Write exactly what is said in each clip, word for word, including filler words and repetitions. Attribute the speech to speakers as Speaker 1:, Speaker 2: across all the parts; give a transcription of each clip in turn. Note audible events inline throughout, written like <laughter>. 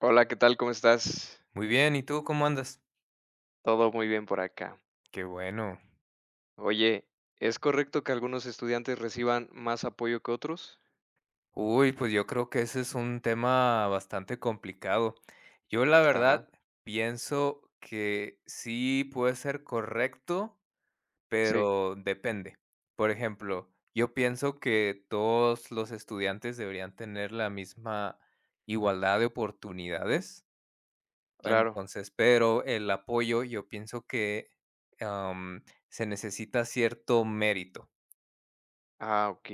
Speaker 1: Hola, ¿qué tal? ¿Cómo estás?
Speaker 2: Muy bien, ¿y tú cómo andas?
Speaker 1: Todo muy bien por acá.
Speaker 2: Qué bueno.
Speaker 1: Oye, ¿es correcto que algunos estudiantes reciban más apoyo que otros?
Speaker 2: Uy, pues yo creo que ese es un tema bastante complicado. Yo la
Speaker 1: Ajá,
Speaker 2: verdad pienso que sí puede ser correcto,
Speaker 1: sí,
Speaker 2: pero depende. Por ejemplo, yo pienso que todos los estudiantes deberían tener la misma igualdad de oportunidades.
Speaker 1: claro.
Speaker 2: Entonces, pero el apoyo, yo pienso que am, se necesita cierto mérito.
Speaker 1: Ah, ok.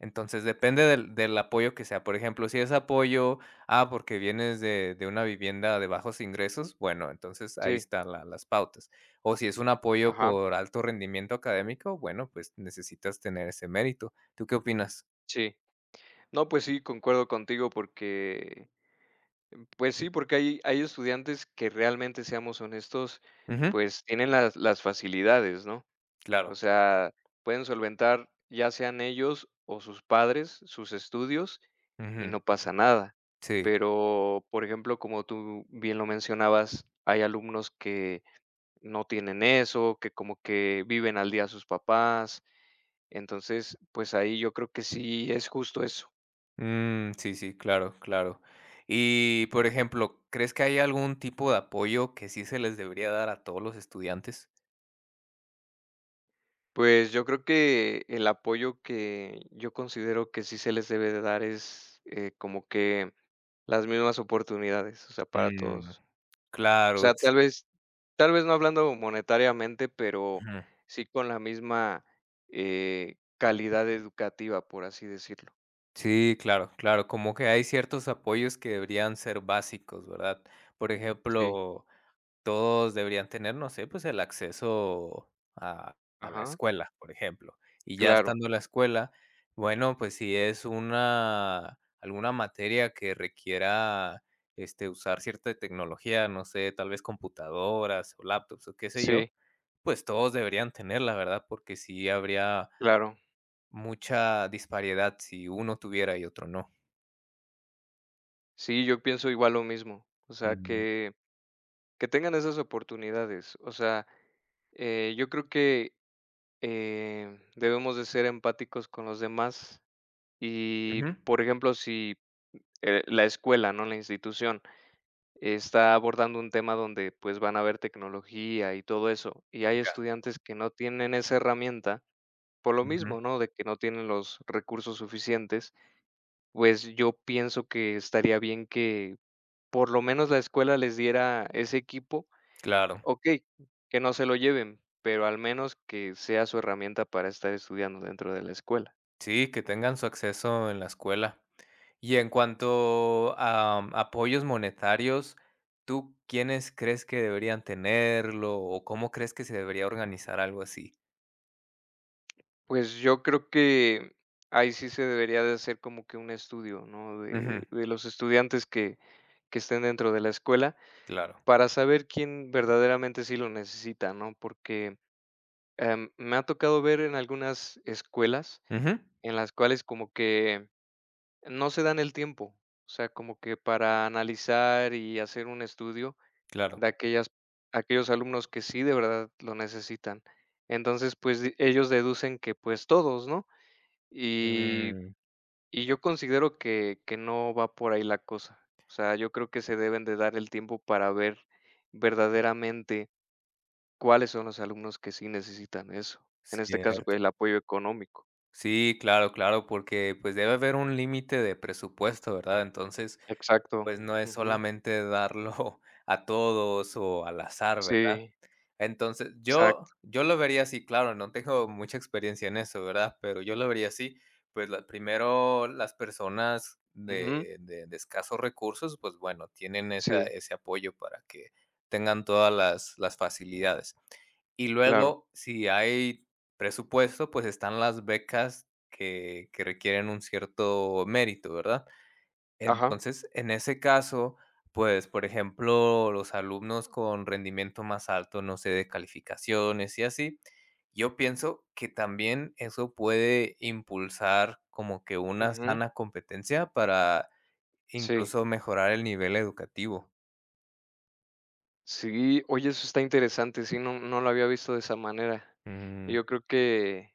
Speaker 2: Entonces, depende del del apoyo que sea. Por ejemplo, si es apoyo, ah, porque vienes de de una vivienda de bajos ingresos, bueno, entonces ahí
Speaker 1: Sí,
Speaker 2: están la las pautas. O si es un apoyo
Speaker 1: ajá,
Speaker 2: por alto rendimiento académico, bueno, pues necesitas tener ese mérito. ¿Tú qué opinas?
Speaker 1: sí. No, pues sí, concuerdo contigo porque, pues sí, porque hay, hay estudiantes que realmente, seamos honestos,
Speaker 2: Ujú,
Speaker 1: pues tienen las, las facilidades, ¿no? O
Speaker 2: claro.
Speaker 1: sea, pueden solventar, ya sean ellos o sus padres, sus estudios y
Speaker 2: Ujú,
Speaker 1: no pasa nada.
Speaker 2: sí.
Speaker 1: Pero, por ejemplo, como tú bien lo mencionabas, hay alumnos que no tienen eso, que como que viven al día sus papás. Entonces, pues ahí yo creo que sí es justo eso.
Speaker 2: Mm, sí, sí, claro, claro. Y, por ejemplo, ¿crees que hay algún tipo de apoyo que sí se les debería dar a todos los estudiantes?
Speaker 1: Pues yo creo que el apoyo que yo considero que sí se les debe de dar es eh, como que las mismas oportunidades, o sea, para
Speaker 2: Mm,
Speaker 1: todos. O
Speaker 2: claro,
Speaker 1: sea,
Speaker 2: s
Speaker 1: tal vez tal vez no hablando monetariamente, pero
Speaker 2: ujú.
Speaker 1: sí con la misma, eh, calidad educativa, por así decirlo.
Speaker 2: Sí, claro, claro, como que hay ciertos apoyos que deberían ser básicos, ¿verdad? Por
Speaker 1: Sí,
Speaker 2: ejemplo, todos deberían tener, no sé, pues el acceso a, a la
Speaker 1: ajá,
Speaker 2: escuela, por ejemplo. Y ya
Speaker 1: claro.
Speaker 2: estando en la escuela, bueno, pues si es una alguna materia que requiera este usar cierta tecnología, no sé, tal vez computadoras o laptops o qué sé yo,
Speaker 1: Sí,
Speaker 2: pues todos deberían tenerla, ¿verdad? Porque sí habría
Speaker 1: claro.
Speaker 2: mucha disparidad si uno tuviera y otro no.
Speaker 1: Sí, yo pienso igual lo mismo. O sea,
Speaker 2: Ujú.
Speaker 1: que que tengan esas oportunidades. O sea, eh, yo creo que, eh, debemos de ser empáticos con los demás y,
Speaker 2: Ujú.
Speaker 1: por ejemplo, si, eh, la escuela, ¿no?, la institución está abordando un tema donde, pues, van a ver tecnología y todo eso, y hay
Speaker 2: Ya.
Speaker 1: estudiantes que no tienen esa herramienta, por lo
Speaker 2: Ujú.
Speaker 1: mismo, ¿no?, de que no tienen los recursos suficientes, pues, yo pienso que estaría bien que, por lo menos, la escuela les diera ese equipo.
Speaker 2: Claro.
Speaker 1: Okey, que no se lo lleven, pero al menos que sea su herramienta para estar estudiando dentro de la escuela.
Speaker 2: Sí, que tengan su acceso en la escuela. Y en cuanto a mm, apoyos monetarios, ¿tú quiénes crees que deberían tenerlo o cómo crees que se debería organizar algo así?
Speaker 1: Pues yo creo que ahí sí se debería de hacer como que un estudio, ¿no? De,
Speaker 2: Ujú.
Speaker 1: de los estudiantes que, que estén dentro de la escuela
Speaker 2: Claro.
Speaker 1: para saber quién verdaderamente sí lo necesita, ¿no? Porque em, me ha tocado ver en algunas escuelas
Speaker 2: Ujú.
Speaker 1: en las cuales como que no se dan el tiempo, o sea, como que para analizar y hacer un estudio
Speaker 2: Claro.
Speaker 1: de aquellas, aquellos alumnos que sí de verdad lo necesitan. Entonces, pues di- ellos deducen que pues todos, ¿no? Y
Speaker 2: Mm,
Speaker 1: Y yo considero que que no va por ahí la cosa. O sea, yo creo que se deben de dar el tiempo para ver verdaderamente cuáles son los alumnos que sí necesitan eso. En este caso,
Speaker 2: cierto.
Speaker 1: pues, el apoyo económico.
Speaker 2: Sí, claro, claro, porque, pues, debe haber un límite de presupuesto, ¿verdad? Entonces,
Speaker 1: Exacto.
Speaker 2: pues, no es
Speaker 1: Ujú.
Speaker 2: solamente darlo <laughs> a todos o al azar, ¿verdad?
Speaker 1: Sí,
Speaker 2: Entonces,
Speaker 1: exacto.
Speaker 2: yo yo lo vería así, claro, no tengo mucha experiencia en eso, ¿verdad? Pero yo lo vería así, pues, la primero, las personas de
Speaker 1: Ujú.
Speaker 2: de de escasos recursos, pues, bueno, tienen esa
Speaker 1: Sí,
Speaker 2: ese apoyo para que tengan todas las las facilidades. Y
Speaker 1: claro.
Speaker 2: luego, si hay presupuesto, pues, están las becas que que requieren un cierto mérito, ¿verdad?
Speaker 1: Ajá.
Speaker 2: Entonces, en ese caso, pues, por ejemplo, los alumnos con rendimiento más alto, no sé, de calificaciones y así, yo pienso que también eso puede impulsar como que una
Speaker 1: Ujú.
Speaker 2: sana competencia para
Speaker 1: Sí.
Speaker 2: incluso mejorar el nivel educativo.
Speaker 1: Sí, oye, eso está interesante, sí, no no lo había visto de esa manera.
Speaker 2: Mm,
Speaker 1: Yo creo que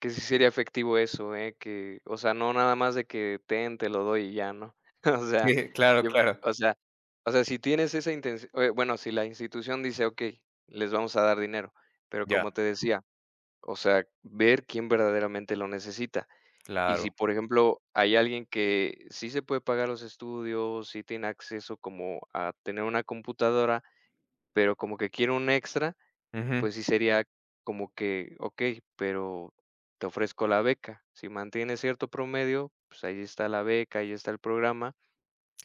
Speaker 1: Que sí sería efectivo eso, ¿eh? Que, o sea, no nada más de que: "Ten, te lo doy", y ya, ¿no? <laughs> O
Speaker 2: <laughs>
Speaker 1: sea,
Speaker 2: sí, claro,
Speaker 1: yo
Speaker 2: claro.
Speaker 1: o sea o sea, si tienes esa intención, bueno, si la institución dice: "Okey, les vamos a dar dinero", pero
Speaker 2: Ya,
Speaker 1: como te decía, o sea, ver quién verdaderamente lo necesita. Y si,
Speaker 2: claro.
Speaker 1: por ejemplo, hay alguien que sí se puede pagar los estudios, sí tiene acceso como a tener una computadora, pero como que quiere un extra,
Speaker 2: Ujú,
Speaker 1: pues sí sería como que, okey, pero te ofrezco la beca. Si mantienes cierto promedio, pues ahí está la beca, ahí está el programa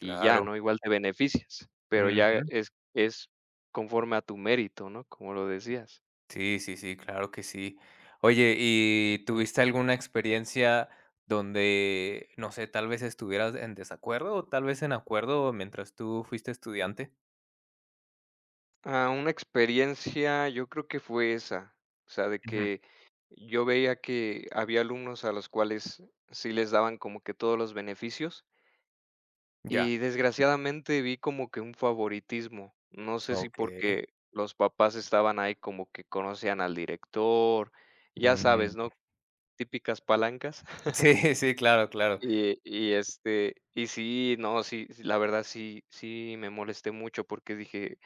Speaker 1: y ya, ¿no? Igual te beneficias, pero ya
Speaker 2: Ujú.
Speaker 1: es es conforme a tu mérito, ¿no? Como lo decías.
Speaker 2: Sí, sí, sí, claro que sí. Oye, ¿y tuviste alguna experiencia donde, no sé, tal vez estuvieras en desacuerdo o tal vez en acuerdo mientras tú fuiste estudiante?
Speaker 1: Ah, una experiencia, yo creo que fue esa, o sea, de
Speaker 2: Ujú,
Speaker 1: que yo veía que había alumnos a los cuales sí les daban como que todos los beneficios
Speaker 2: ya,
Speaker 1: Y desgraciadamente vi como que un favoritismo. No sé si
Speaker 2: okey.
Speaker 1: porque los papás estaban ahí como que conocían al director, ya
Speaker 2: Mm,
Speaker 1: sabes, ¿no? Típicas palancas.
Speaker 2: sí, <laughs> sí, claro,
Speaker 1: <laughs>
Speaker 2: claro.
Speaker 1: Y y, este, y sí, no, sí, sí, la verdad sí, sí me molesté mucho porque dije,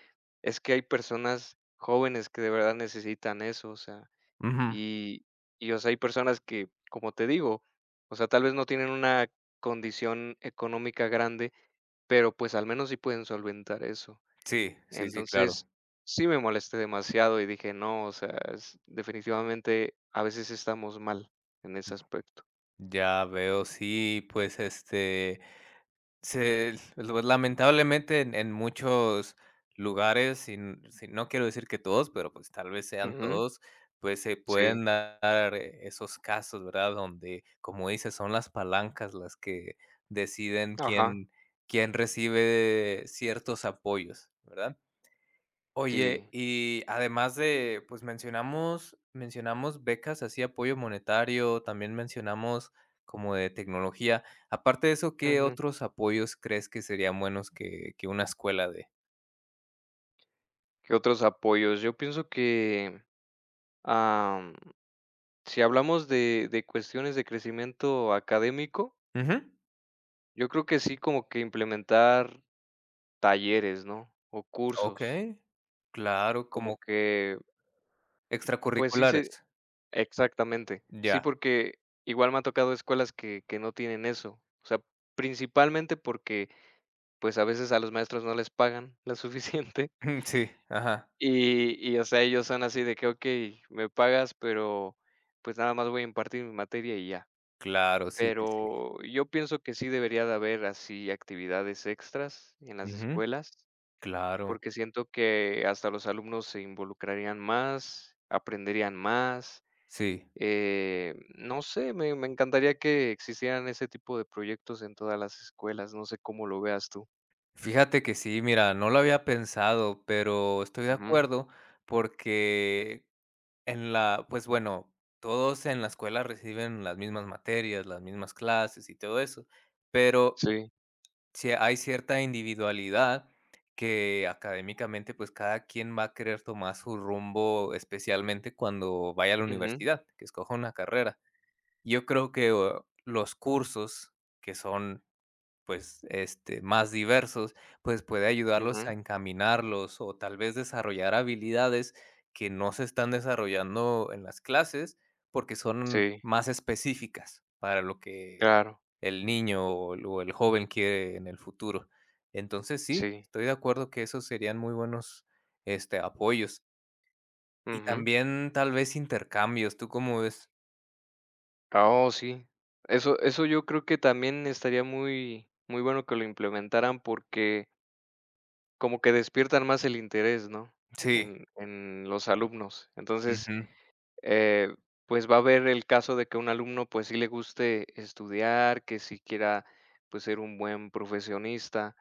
Speaker 1: es que hay personas jóvenes que de verdad necesitan eso, o sea,
Speaker 2: Ujú.
Speaker 1: y y, o sea, hay personas que, como te digo, o sea, tal vez no tienen una condición económica grande, pero, pues, al menos sí pueden solventar eso.
Speaker 2: Sí, sí, sí, claro.
Speaker 1: Entonces, sí me molesté demasiado y dije: "No, o sea, es definitivamente a veces estamos mal en ese aspecto".
Speaker 2: Ya veo, sí, pues, este, se pues, lamentablemente en en muchos lugares, sin sin no quiero decir que todos, pero, pues, tal vez sean
Speaker 1: Ujú,
Speaker 2: todos, pues, se
Speaker 1: sí,
Speaker 2: pueden dar eh, esos casos, ¿verdad? Donde, como dices, son las palancas las que deciden
Speaker 1: ajá,
Speaker 2: quién quién recibe ciertos apoyos, ¿verdad? Oye,
Speaker 1: sí,
Speaker 2: y además de, pues mencionamos mencionamos becas así, apoyo monetario, también mencionamos como de tecnología. Aparte de eso, ¿qué
Speaker 1: ujú.
Speaker 2: otros apoyos crees que serían buenos que que una escuela dé?
Speaker 1: ¿Qué otros apoyos? Yo pienso que, am, si hablamos de de cuestiones de crecimiento académico,
Speaker 2: Ujú,
Speaker 1: yo creo que sí, como que implementar talleres, ¿no? O cursos,
Speaker 2: okey. Claro,
Speaker 1: como
Speaker 2: como
Speaker 1: que, pues sí se
Speaker 2: extracurriculares.
Speaker 1: Exactamente. Sí,
Speaker 2: Ya,
Speaker 1: porque igual me ha tocado escuelas que que no tienen eso. O sea, principalmente porque, pues, a veces a los maestros no les pagan lo <laughs> suficiente
Speaker 2: <laughs> sí, ajá.
Speaker 1: y y, o sea, ellos son así de que: "Okey, me pagas, pero, pues, nada más voy a impartir mi materia y ya".
Speaker 2: Claro, sí, sí, sí.
Speaker 1: Pero yo pienso que sí debería de haber así actividades extras en las
Speaker 2: Ujú,
Speaker 1: escuelas,
Speaker 2: claro,
Speaker 1: porque siento que hasta los alumnos se involucrarían más, aprenderían más.
Speaker 2: sí.
Speaker 1: Eh, no sé, me me encantaría que existieran ese tipo de proyectos en todas las escuelas, no sé cómo lo veas tú.
Speaker 2: Fíjate que sí, mira, no lo había pensado, pero estoy de
Speaker 1: Ujú,
Speaker 2: acuerdo porque en la pues bueno, todos en la escuela reciben las mismas materias, las mismas clases y todo eso, pero
Speaker 1: sí,
Speaker 2: si hay cierta individualidad que académicamente, pues cada quien va a querer tomar su rumbo, especialmente cuando vaya a la
Speaker 1: ujú,
Speaker 2: universidad, que escoja una carrera. Yo creo que, o los cursos que son pues, este, más diversos, pues, puede ayudarlos
Speaker 1: ujú,
Speaker 2: a encaminarlos o tal vez desarrollar habilidades que no se están desarrollando en las clases, porque son
Speaker 1: sí,
Speaker 2: más específicas para lo que
Speaker 1: claro,
Speaker 2: el niño o el o el joven quiere en el futuro. Entonces, sí,
Speaker 1: sí,
Speaker 2: estoy de acuerdo que esos serían muy buenos, este, apoyos. Y
Speaker 1: ujú.
Speaker 2: también tal vez intercambios, ¿tú cómo ves?
Speaker 1: Ah, oh, sí. Eso eso yo creo que también estaría muy muy bueno que lo implementaran porque como que despiertan más el interés, ¿no?
Speaker 2: Sí,
Speaker 1: En en los alumnos. Entonces
Speaker 2: ujú,
Speaker 1: eh, pues va a haber el caso de que a un alumno pues sí le guste estudiar, que sí quiera pues ser un buen profesionista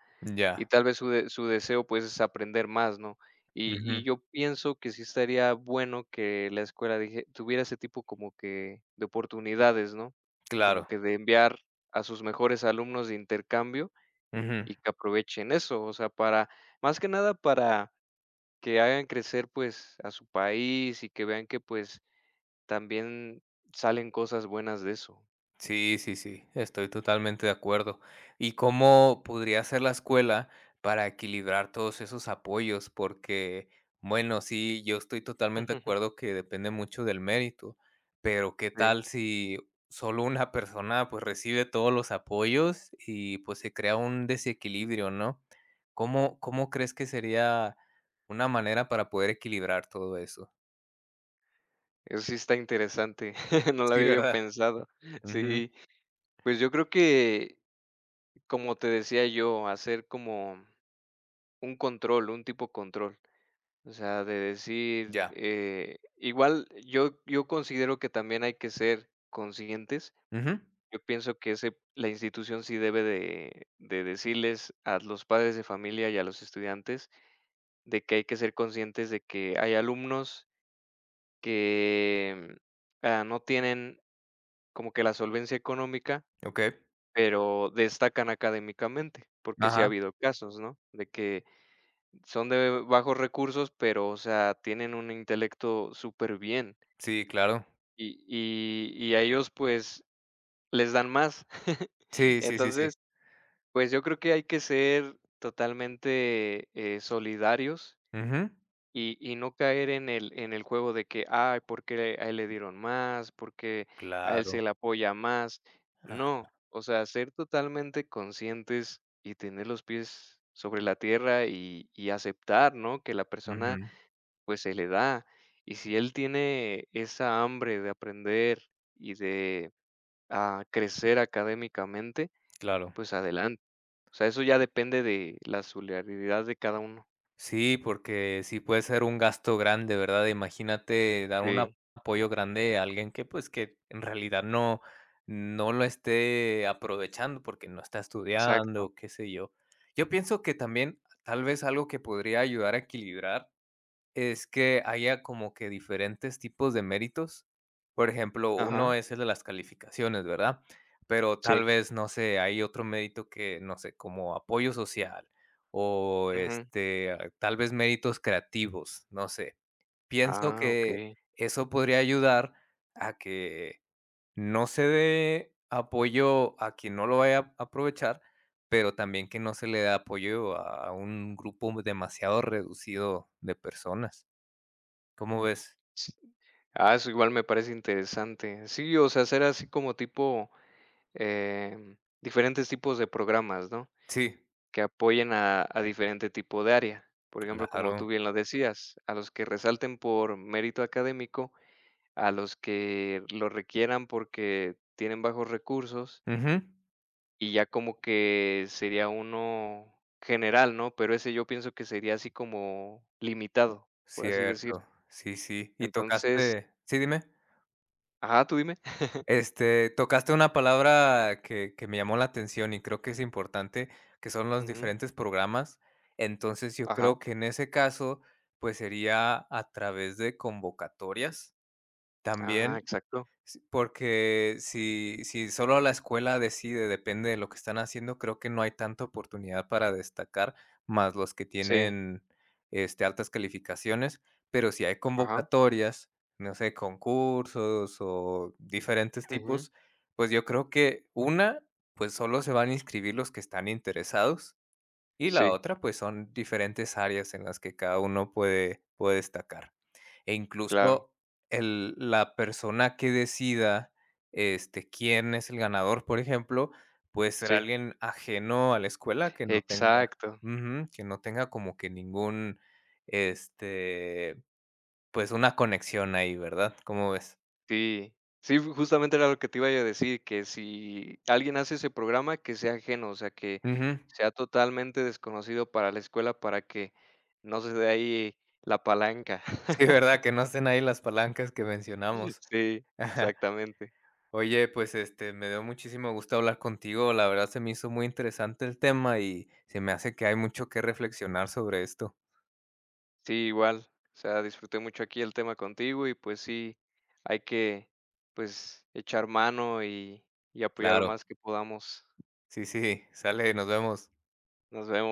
Speaker 1: y
Speaker 2: ya,
Speaker 1: tal vez su, de- su deseo pues es aprender más, ¿no? Y, y
Speaker 2: ujú,
Speaker 1: yo pienso que sí estaría bueno que la escuela dije- tuviera ese tipo como que de oportunidades, ¿no? Como
Speaker 2: claro,
Speaker 1: que de enviar a sus mejores alumnos de intercambio
Speaker 2: ujú.
Speaker 1: y que aprovechen eso, o sea, para, más que nada para que hagan crecer pues a su país y que vean que pues también salen cosas buenas de eso.
Speaker 2: Sí, sí, sí, estoy totalmente de acuerdo. ¿Y cómo podría ser la escuela para equilibrar todos esos apoyos? Porque, bueno, sí, yo estoy totalmente de
Speaker 1: <laughs>
Speaker 2: acuerdo que depende mucho del mérito, pero ¿qué
Speaker 1: Sí,
Speaker 2: tal si solo una <laughs> persona pues recibe todos los apoyos y pues se crea un desequilibrio, ¿no? ¿Cómo, cómo crees que sería una manera para poder equilibrar todo eso?
Speaker 1: eso sí está interesante, <laughs> no lo
Speaker 2: Sí,
Speaker 1: había yo
Speaker 2: ¿verdad?
Speaker 1: pensado.
Speaker 2: Ujú,
Speaker 1: Sí, pues yo creo que, como te decía yo, hacer como un control, un tipo control. O sea, de decir,
Speaker 2: ya.
Speaker 1: eh, igual yo, yo considero que también hay que ser conscientes.
Speaker 2: Ujú,
Speaker 1: Yo pienso que ese, la institución sí debe de, de decirles a los padres de familia y a los estudiantes de que hay que ser conscientes de que hay alumnos que, ah, no tienen como que la solvencia económica,
Speaker 2: ok.
Speaker 1: pero destacan académicamente, porque sí ha
Speaker 2: Ajá.
Speaker 1: habido casos, ¿no? De que son de bajos recursos, pero, o sea, tienen un intelecto súper bien
Speaker 2: Sí, claro.
Speaker 1: y y y a ellos, pues, les dan más. <laughs>
Speaker 2: Sí, sí, sí, sí.
Speaker 1: Entonces, pues, yo creo que hay que ser totalmente, eh, solidarios
Speaker 2: Ujú.
Speaker 1: Y y no caer en el en el juego de que: "Ay, ¿por qué a él le dieron más? ¿Por qué a él se
Speaker 2: Claro.
Speaker 1: le apoya más?".
Speaker 2: Ah.
Speaker 1: No, o sea, ser totalmente conscientes y tener los pies sobre la tierra y y aceptar, ¿no? Que la
Speaker 2: Ujú.
Speaker 1: persona, pues, se le da. Y si él tiene esa hambre de aprender y de, ah, crecer académicamente,
Speaker 2: Claro.
Speaker 1: pues adelante. O sea, eso ya depende de la solidaridad de cada uno.
Speaker 2: Sí, porque sí puede ser un gasto grande, ¿verdad? Imagínate dar un
Speaker 1: Sí,
Speaker 2: apoyo grande a alguien que, pues, que en realidad no no lo esté aprovechando porque no está
Speaker 1: exacto.
Speaker 2: estudiando, qué sé yo. Yo pienso que también, tal vez algo que podría ayudar a equilibrar es que haya como que diferentes tipos de méritos. Por ejemplo,
Speaker 1: Ajá,
Speaker 2: uno es el de las calificaciones, ¿verdad? Pero
Speaker 1: sí,
Speaker 2: tal vez, no sé, hay otro mérito que, no sé, como apoyo social o
Speaker 1: ujú.
Speaker 2: este, ah, tal vez méritos creativos, no sé. Pienso
Speaker 1: Ah,
Speaker 2: que
Speaker 1: okey.
Speaker 2: eso podría ayudar a que no se dé apoyo a quien no lo vaya a aprovechar, pero también que no se le dé apoyo a un grupo demasiado reducido de personas. ¿Cómo ves?
Speaker 1: Sí. Ah, eso igual me parece interesante. Sí, o sea, hacer así como tipo, em, diferentes tipos de programas, ¿no?
Speaker 2: Sí,
Speaker 1: Que apoyen a a diferente tipo de área. Por ejemplo, como tú
Speaker 2: claro.
Speaker 1: bien lo decías, a los que resalten por mérito académico, a los que lo requieran porque tienen bajos recursos,
Speaker 2: Ujú.
Speaker 1: y ya como que sería uno general, ¿no? Pero ese yo pienso que sería así como limitado, por así decir.
Speaker 2: Cierto. Sí, sí. Y
Speaker 1: Entonces
Speaker 2: tocaste sí, dime.
Speaker 1: ajá, ¿tú dime?
Speaker 2: Este, tocaste una palabra que que me llamó la atención y creo que es importante, que son los
Speaker 1: Ujú,
Speaker 2: diferentes programas. Entonces, yo
Speaker 1: ajá.
Speaker 2: creo que en ese caso, pues, sería a través de convocatorias.
Speaker 1: Ah,
Speaker 2: También
Speaker 1: exacto.
Speaker 2: sí, porque si si solo la escuela decide, depende de lo que están haciendo, creo que no hay tanta oportunidad para destacar, más los que
Speaker 1: Sí,
Speaker 2: tienen, este, altas calificaciones, pero si hay
Speaker 1: ajá.
Speaker 2: convocatorias, no sé, concursos o diferentes
Speaker 1: Ujú.
Speaker 2: tipos, pues yo creo que una, pues solo se van a inscribir los que están interesados y la
Speaker 1: Sí,
Speaker 2: otra, pues, son diferentes áreas en las que cada uno puede puede destacar. E
Speaker 1: claro.
Speaker 2: incluso el la persona que decida, este, quién es el ganador, por ejemplo, puede ser
Speaker 1: Sí,
Speaker 2: alguien ajeno a la escuela que no tenga
Speaker 1: exacto.
Speaker 2: ujú, que no tenga como que ningún, este, pues, una conexión ahí, ¿verdad? ¿Cómo ves?
Speaker 1: Sí. Sí, ju justamente era lo que te iba yo a decir, que si alguien hace ese programa, que sea ajeno, o sea, que
Speaker 2: Ujú.
Speaker 1: sea totalmente desconocido para la escuela, para que no se dé ahí la palanca.
Speaker 2: Sí,
Speaker 1: <laughs>
Speaker 2: ¿verdad? Que no estén ahí las palancas que mencionamos.
Speaker 1: Sí,
Speaker 2: <laughs>
Speaker 1: exactamente.
Speaker 2: Oye, pues, este, me dio muchísimo gusto hablar contigo. La verdad se me hizo muy interesante el tema y se me hace que hay mucho que reflexionar sobre esto.
Speaker 1: Sí, igual. O sea, disfruté mucho aquí el tema contigo y pues sí, hay que pues echar mano y, y apoyar lo
Speaker 2: Claro.
Speaker 1: más que podamos.
Speaker 2: Sí, sí, sale, nos vemos.
Speaker 1: Nos vemos.